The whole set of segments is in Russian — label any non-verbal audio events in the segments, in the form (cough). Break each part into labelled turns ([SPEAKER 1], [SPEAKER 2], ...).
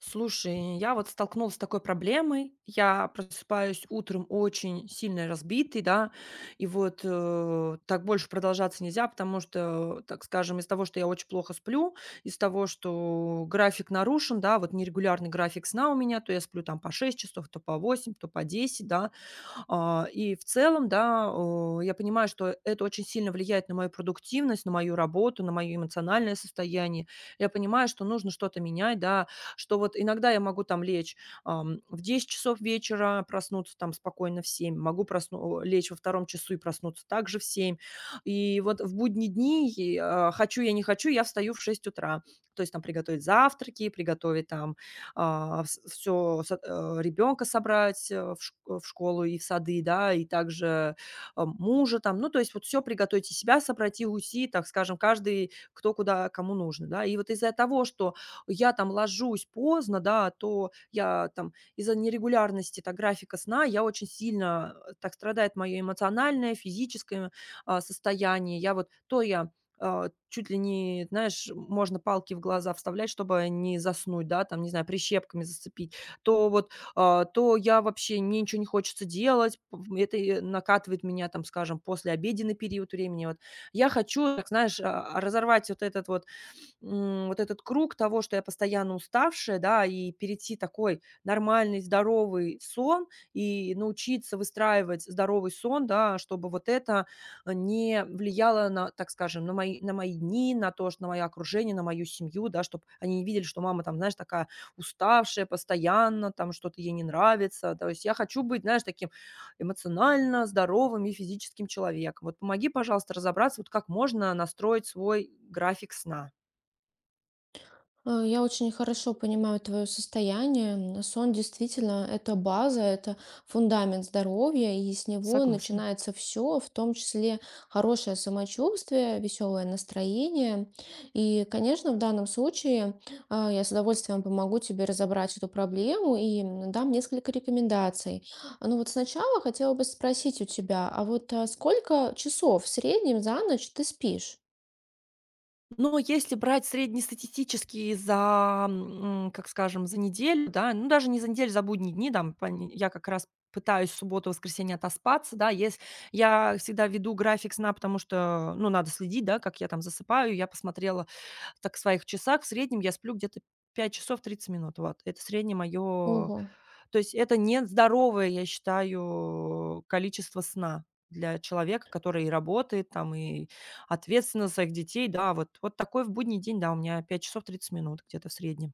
[SPEAKER 1] Слушай, я вот столкнулась с такой проблемой. Я просыпаюсь утром очень сильно разбитый, да, и вот, так больше продолжаться нельзя, потому что, так скажем, из того, что я очень плохо сплю, из того, что график нарушен, да, вот нерегулярный график сна у меня, то я сплю там по 6 часов, то по 8, то по 10, да, и в целом, да, я понимаю, что это очень сильно влияет на мою продуктивность, на мою работу, на мое эмоциональное состояние. Я понимаю, что нужно что-то менять, да, что вот иногда я могу там лечь, в 10 часов вечера, проснуться там спокойно в 7. Лечь во втором часу и проснуться также в 7. И вот в будние дни, хочу я, не хочу, я встаю в 6 утра. То есть там приготовить завтраки, приготовить там, а, вс всё ребенка собрать, в школу и в сады, да, и также, мужа там. Ну, то есть вот все приготовить, и себя собрать, и уйти, так скажем, каждый кто куда кому нужно, да. И вот из-за того, что я там ложусь поздно, да, то я там из-за нерегулярности, так, графика сна я очень сильно, так страдает мое эмоциональное, физическое, состояние. Я вот то я а, чуть ли не, знаешь, можно палки в глаза вставлять, чтобы не заснуть, да, там, не знаю, прищепками зацепить, то вот, то я вообще мне ничего не хочется делать, это и накатывает меня, там, скажем, после послеобеденный период времени. Вот я хочу, так знаешь, разорвать вот этот вот вот этот круг того, что я постоянно уставшая, да, и перейти такой нормальный, здоровый сон и научиться выстраивать здоровый сон, да, чтобы вот это не влияло на, так скажем, на мои дни, на то, что на мое окружение, на мою семью, да, чтобы они не видели, что мама там, знаешь, такая уставшая постоянно, там что-то ей не нравится. То есть я хочу быть, знаешь, таким эмоционально здоровым и физическим человеком. Вот помоги, пожалуйста, разобраться, вот как можно настроить свой график сна.
[SPEAKER 2] Я очень хорошо понимаю твое состояние. Сон действительно это база, это фундамент здоровья, и с него
[SPEAKER 1] Согласна.
[SPEAKER 2] начинается все, в том числе хорошее самочувствие, веселое настроение. И, конечно, в данном случае я с удовольствием помогу тебе разобрать эту проблему и дам несколько рекомендаций. Ну вот сначала хотела бы спросить у тебя, сколько часов в среднем за ночь ты спишь?
[SPEAKER 1] Но если брать среднестатистические за, как скажем, за неделю, да, ну, даже не за неделю, за будние дни, там, пон я как раз пытаюсь субботу-воскресенье отоспаться, да, ес я всегда веду график сна, потому что, ну, надо следить, да, как я там засыпаю. Я посмотрела так в своих часах, в среднем я сплю где-то 5 часов 30 минут, вот. Это среднее мое
[SPEAKER 2] Ого.
[SPEAKER 1] То есть это нездоровое, я считаю, количество сна для человека, который и работает там, и ответственно за своих детей. Да, вот такой в будний день, да, у меня 5 часов 30 минут где-то в среднем.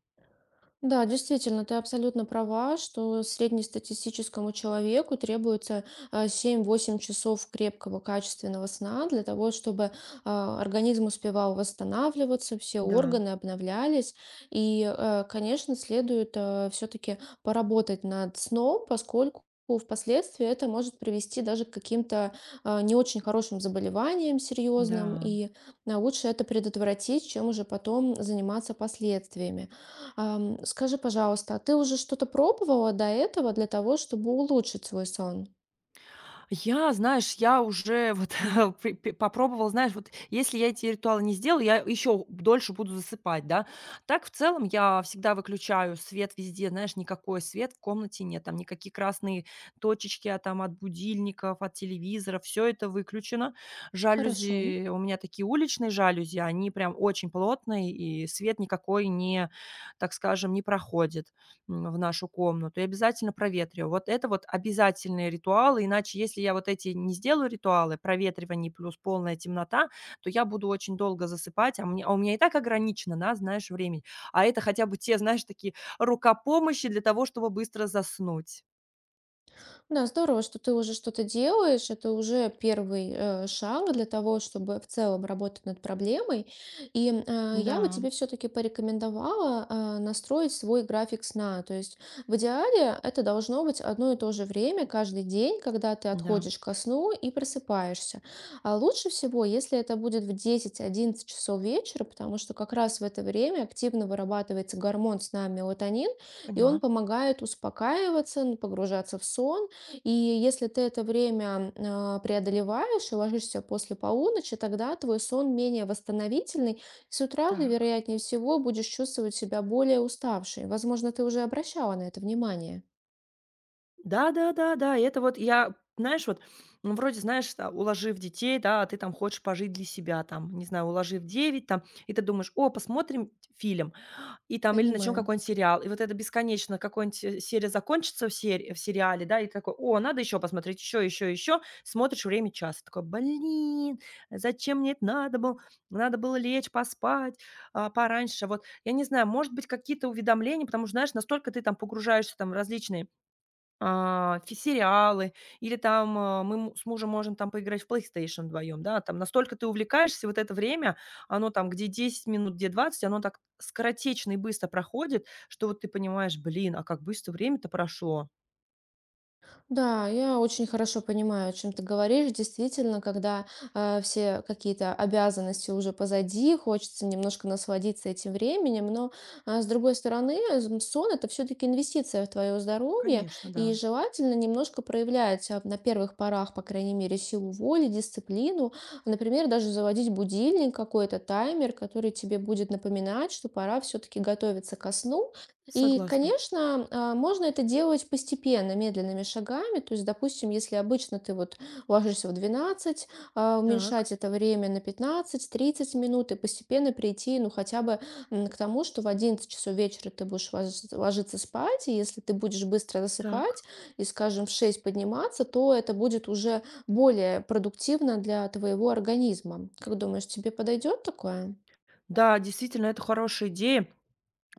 [SPEAKER 2] Да, действительно, ты абсолютно права, что среднестатистическому человеку требуется 7-8 часов крепкого качественного сна для того, чтобы организм успевал восстанавливаться, все
[SPEAKER 1] Да,
[SPEAKER 2] органы обновлялись. И, конечно, следует все-таки поработать над сном, поскольку впоследствии это может привести даже к каким-то не очень хорошим заболеваниям серьезным,
[SPEAKER 1] да.
[SPEAKER 2] и лучше это предотвратить, чем уже потом заниматься последствиями. Скажи, пожалуйста, а ты уже что-то пробовала до этого для того, чтобы улучшить свой сон?
[SPEAKER 1] Я, знаешь, я уже вот (laughs) пы пе попробовала, знаешь, вот если я эти ритуалы не сделаю, я еще дольше буду засыпать, да. Так, в целом, я всегда выключаю свет везде, знаешь, никакой свет в комнате нет, там никакие красные точечки, там от будильников, от телевизора, все это выключено.
[SPEAKER 2] Хорошо.
[SPEAKER 1] Жалюзи, у меня такие уличные жалюзи, они прям очень плотные, и свет никакой не, так скажем, не проходит в нашу комнату и обязательно проветриваю. Вот это вот обязательные ритуалы, иначе если я вот эти не сделаю ритуалы, проветривание плюс полная темнота, то я буду очень долго засыпать, мне, а у меня и так ограничено, да, знаешь, времени. А это хотя бы те, знаешь, такие рукопомощи для того, чтобы быстро заснуть.
[SPEAKER 2] Да, здорово, что ты уже что-то делаешь. Это уже первый шаг для того, чтобы в целом работать над проблемой. И я бы
[SPEAKER 1] Да,
[SPEAKER 2] тебе все-таки порекомендовала настроить свой график сна. То есть в идеале это должно быть одно и то же время каждый день, когда ты
[SPEAKER 1] да,
[SPEAKER 2] отходишь ко сну и просыпаешься. А лучше всего, если это будет в 10-11 часов вечера, потому что как раз в это время активно вырабатывается гормон сна мелатонин, и он
[SPEAKER 1] поняла.
[SPEAKER 2] помогает успокаиваться, погружаться в сон. И если ты это время преодолеваешь и ложишься после полуночи, тогда твой сон менее восстановительный. С утра ты,
[SPEAKER 1] Так.
[SPEAKER 2] вероятнее всего, будешь чувствовать себя более уставшей. Возможно, ты уже обращала на это внимание.
[SPEAKER 1] Да, да, да, да. Это вот я, знаешь, вот ну, вроде, знаешь, уложив детей, да, а ты там хочешь пожить для себя, там, не знаю, уложив 9 там, и ты думаешь, о, посмотрим фильм. И там или начнем
[SPEAKER 2] Понимаю.
[SPEAKER 1] какой-нибудь сериал. И вот это бесконечно, какой-нибудь, серия закончится в сериале, да, и ты такой: «О, надо еще посмотреть, еще, еще, еще». Смотришь, время час. Такой: «Блин, зачем мне это надо было? Надо было лечь, поспать, пораньше». Вот я не знаю, может быть, какие-то уведомления, потому что, знаешь, настолько ты там погружаешься там в различные а, фи сериалы или там, а, мы му с мужем можем там поиграть в PlayStation вдвоем, да. Там настолько ты увлекаешься, вот это время, оно там где 10 минут, где 20, оно так скоротечно и быстро проходит, что вот ты понимаешь: «Блин, а как быстро время-то прошло».
[SPEAKER 2] Да, я очень хорошо понимаю, о чем ты говоришь. Действительно, когда все какие-то обязанности уже позади, хочется немножко насладиться этим временем, но с другой стороны, сон это все-таки инвестиция в твое здоровье,
[SPEAKER 1] Конечно,
[SPEAKER 2] и
[SPEAKER 1] да,
[SPEAKER 2] желательно немножко проявлять на первых порах, по крайней мере, силу воли, дисциплину. Например, даже заводить будильник, какой-то таймер, который тебе будет напоминать, что пора все-таки готовиться ко сну. И,
[SPEAKER 1] согласна.
[SPEAKER 2] конечно, можно это делать постепенно, медленными шагами. То есть, допустим, если обычно ты вот ложишься в 12,
[SPEAKER 1] Так,
[SPEAKER 2] уменьшать это время на пятнадцать-тридцать минут и постепенно прийти, ну, хотя бы к тому, что в 11 часов вечера ты будешь ложиться спать, и если ты будешь быстро засыпать
[SPEAKER 1] так.
[SPEAKER 2] и, скажем, в 6 подниматься, то это будет уже более продуктивно для твоего организма. Как думаешь, тебе подойдет такое?
[SPEAKER 1] Да, действительно, это хорошая идея.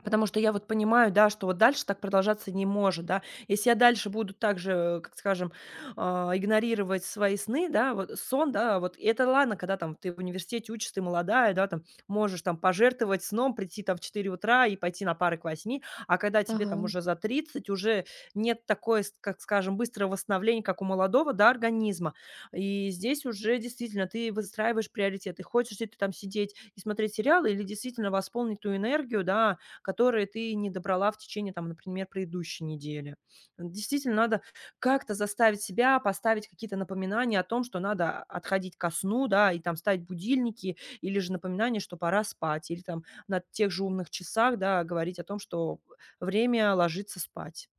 [SPEAKER 1] Потому что я вот понимаю, да, что вот дальше так продолжаться не может, да. Если я дальше буду также, как скажем, игнорировать свои сны, да, вот сон, да, вот и это ладно, когда там ты в университете учишься, ты молодая, да, там можешь там пожертвовать сном, прийти там в 4 утра и пойти на пары к 8, а когда тебе там
[SPEAKER 2] Ага.
[SPEAKER 1] уже за 30 уже нет такой, как скажем, быстрого восстановления, как у молодого, да, организма. И здесь уже действительно ты выстраиваешь приоритеты. Хочешь ли ты там сидеть и смотреть сериалы или действительно восполнить ту энергию, да, которые ты не добрала в течение, там, например, предыдущей недели. Вот действительно, надо как-то заставить себя поставить какие-то напоминания о том, что надо отходить ко сну, да, и там ставить будильники, или же напоминание, что пора спать, или там на тех же умных часах, да, говорить о том, что время ложиться спать.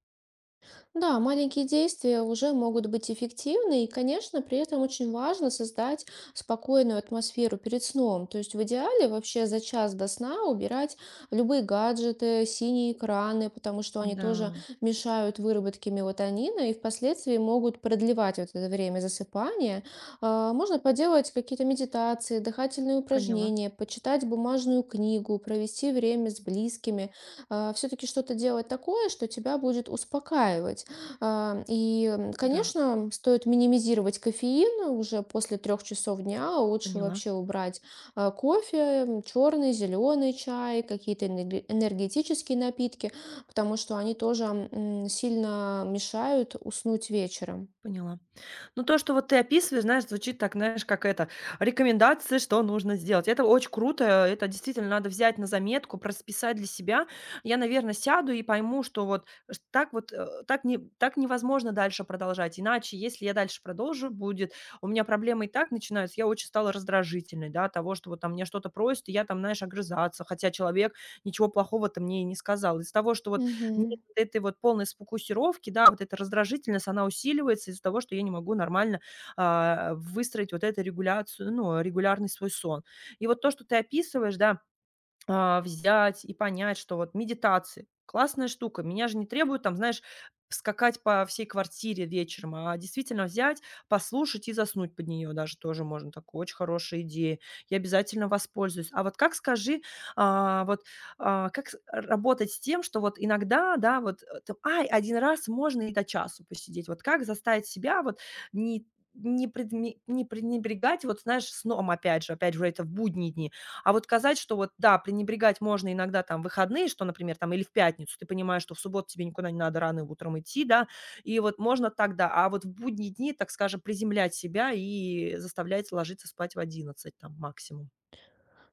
[SPEAKER 2] Да, маленькие действия уже могут быть эффективны, и, конечно, при этом очень важно создать спокойную атмосферу перед сном. То есть в идеале вообще за час до сна убирать любые гаджеты, синие экраны, потому что они тоже
[SPEAKER 1] Да,
[SPEAKER 2] мешают выработке мелатонина и впоследствии могут продлевать вот это время засыпания. Можно поделать какие-то медитации, дыхательные
[SPEAKER 1] поняла.
[SPEAKER 2] упражнения, почитать бумажную книгу, провести время с близкими все-таки что-то делать такое, что тебя будет успокаивать. А, И,
[SPEAKER 1] Так,
[SPEAKER 2] конечно, стоит минимизировать кофеин уже после трех часов дня. Лучше
[SPEAKER 1] поняла.
[SPEAKER 2] вообще убрать кофе, черный, зеленый чай, какие-то энергетические напитки, потому что они тоже сильно мешают уснуть вечером.
[SPEAKER 1] Поняла. Ну, то, что вот ты описываешь, знаешь, звучит так, знаешь, как это, рекомендации, что нужно сделать. Это очень круто, это действительно надо взять на заметку, просписать для себя. Я, наверное, сяду и пойму, что вот так вот, так, не, так невозможно дальше продолжать. Иначе, если я дальше продолжу, будет, у меня проблемы и так начинаются, я очень стала раздражительной, да, того, что вот там меня что-то просит, и я там, знаешь, огрызаться, хотя человек ничего плохого-то мне и не сказал. Из того, что вот
[SPEAKER 2] Мгм.
[SPEAKER 1] этой вот полной сфокусировки, да, вот эта раздражительность, она усиливается из-за того, что я не могу нормально, выстроить вот эту регуляцию, ну, регулярный свой сон. И вот то, что ты описываешь, да, взять и понять, что вот медитации- классная штука. Меня же не требуют там, знаешь, скакать по всей квартире вечером, а действительно взять, послушать и заснуть под нее даже тоже можно. Такое очень хорошая идея. Я обязательно воспользуюсь. А вот как, скажи, а, вот, как с работать с тем, что вот иногда, да, вот, там: «Ай, один раз можно и до часу посидеть». Вот как заставить себя вот не не пренебрегать, вот знаешь, сном опять же это в будние дни, а вот сказать, что вот да, пренебрегать можно иногда там выходные, что, например, там или в пятницу, ты понимаешь, что в субботу тебе никуда не надо рано утром идти, да, и вот можно так, да. А вот в будние дни, так скажем, приземлять себя и заставлять ложиться спать в 11 там максимум.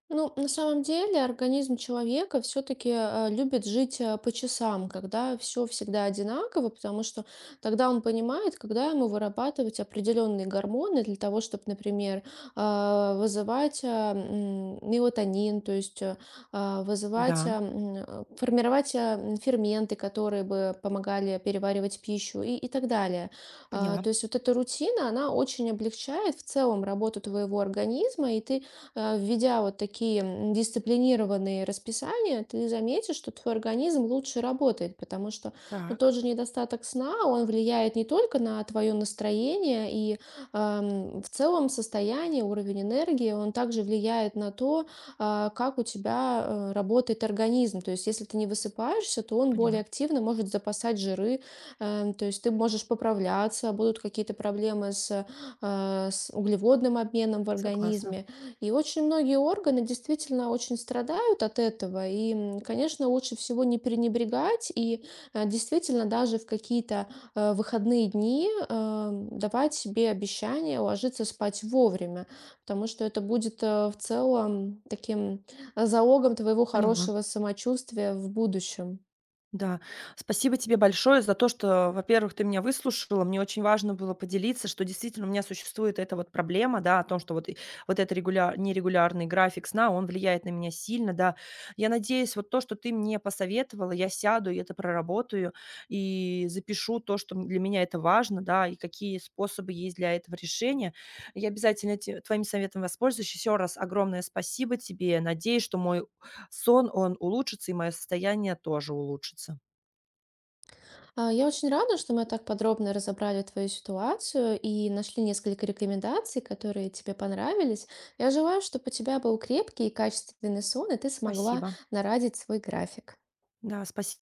[SPEAKER 2] Ну, на самом деле организм человека все-таки любит жить по часам, когда все всегда одинаково, потому что тогда он понимает, когда ему вырабатывать определенные гормоны для того, чтобы, например, вызывать мелатонин, то есть вызывать,
[SPEAKER 1] Да,
[SPEAKER 2] формировать ферменты, которые бы помогали переваривать пищу и так далее. А,
[SPEAKER 1] поняла.
[SPEAKER 2] То есть вот эта рутина, она очень облегчает в целом работу твоего организма, и ты введя вот такие дисциплинированные расписания, ты заметишь, что твой организм лучше работает, потому что ну, тот
[SPEAKER 1] Так,
[SPEAKER 2] же недостаток сна, он влияет не только на твое настроение и в целом состояние, уровень энергии, он также влияет на то, как у тебя работает организм. То есть, если ты не высыпаешься, то он более
[SPEAKER 1] поняла.
[SPEAKER 2] активно может запасать жиры, то есть ты можешь поправляться, будут какие-то проблемы с, с углеводным обменом в
[SPEAKER 1] Согласна.
[SPEAKER 2] организме. И очень многие органы действительно очень страдают от этого. И, конечно, лучше всего не пренебрегать и действительно даже в какие-то выходные дни давать себе обещание ложиться спать вовремя, потому что это будет в целом таким залогом твоего
[SPEAKER 1] Поняла.
[SPEAKER 2] хорошего самочувствия в будущем.
[SPEAKER 1] Да, спасибо тебе большое за то, что, во-первых, ты меня выслушала. Мне очень важно было поделиться, что действительно у меня существует эта вот проблема, да, о том, что вот, вот этот нерегулярный график сна, он влияет на меня сильно, да. Я надеюсь, вот то, что ты мне посоветовала, я сяду и это проработаю, и запишу то, что для меня это важно, да, и какие способы есть для этого решения. Я обязательно твоим советом воспользуюсь. Еще раз огромное спасибо тебе. Надеюсь, что мой сон, он улучшится, и мое состояние тоже улучшится.
[SPEAKER 2] Я очень рада, что мы так подробно разобрали твою ситуацию и нашли несколько рекомендаций, которые тебе понравились. Я желаю, чтобы у тебя был крепкий и качественный сон, и ты смогла
[SPEAKER 1] Спасибо.
[SPEAKER 2] нарадить свой график.
[SPEAKER 1] Да, спасибо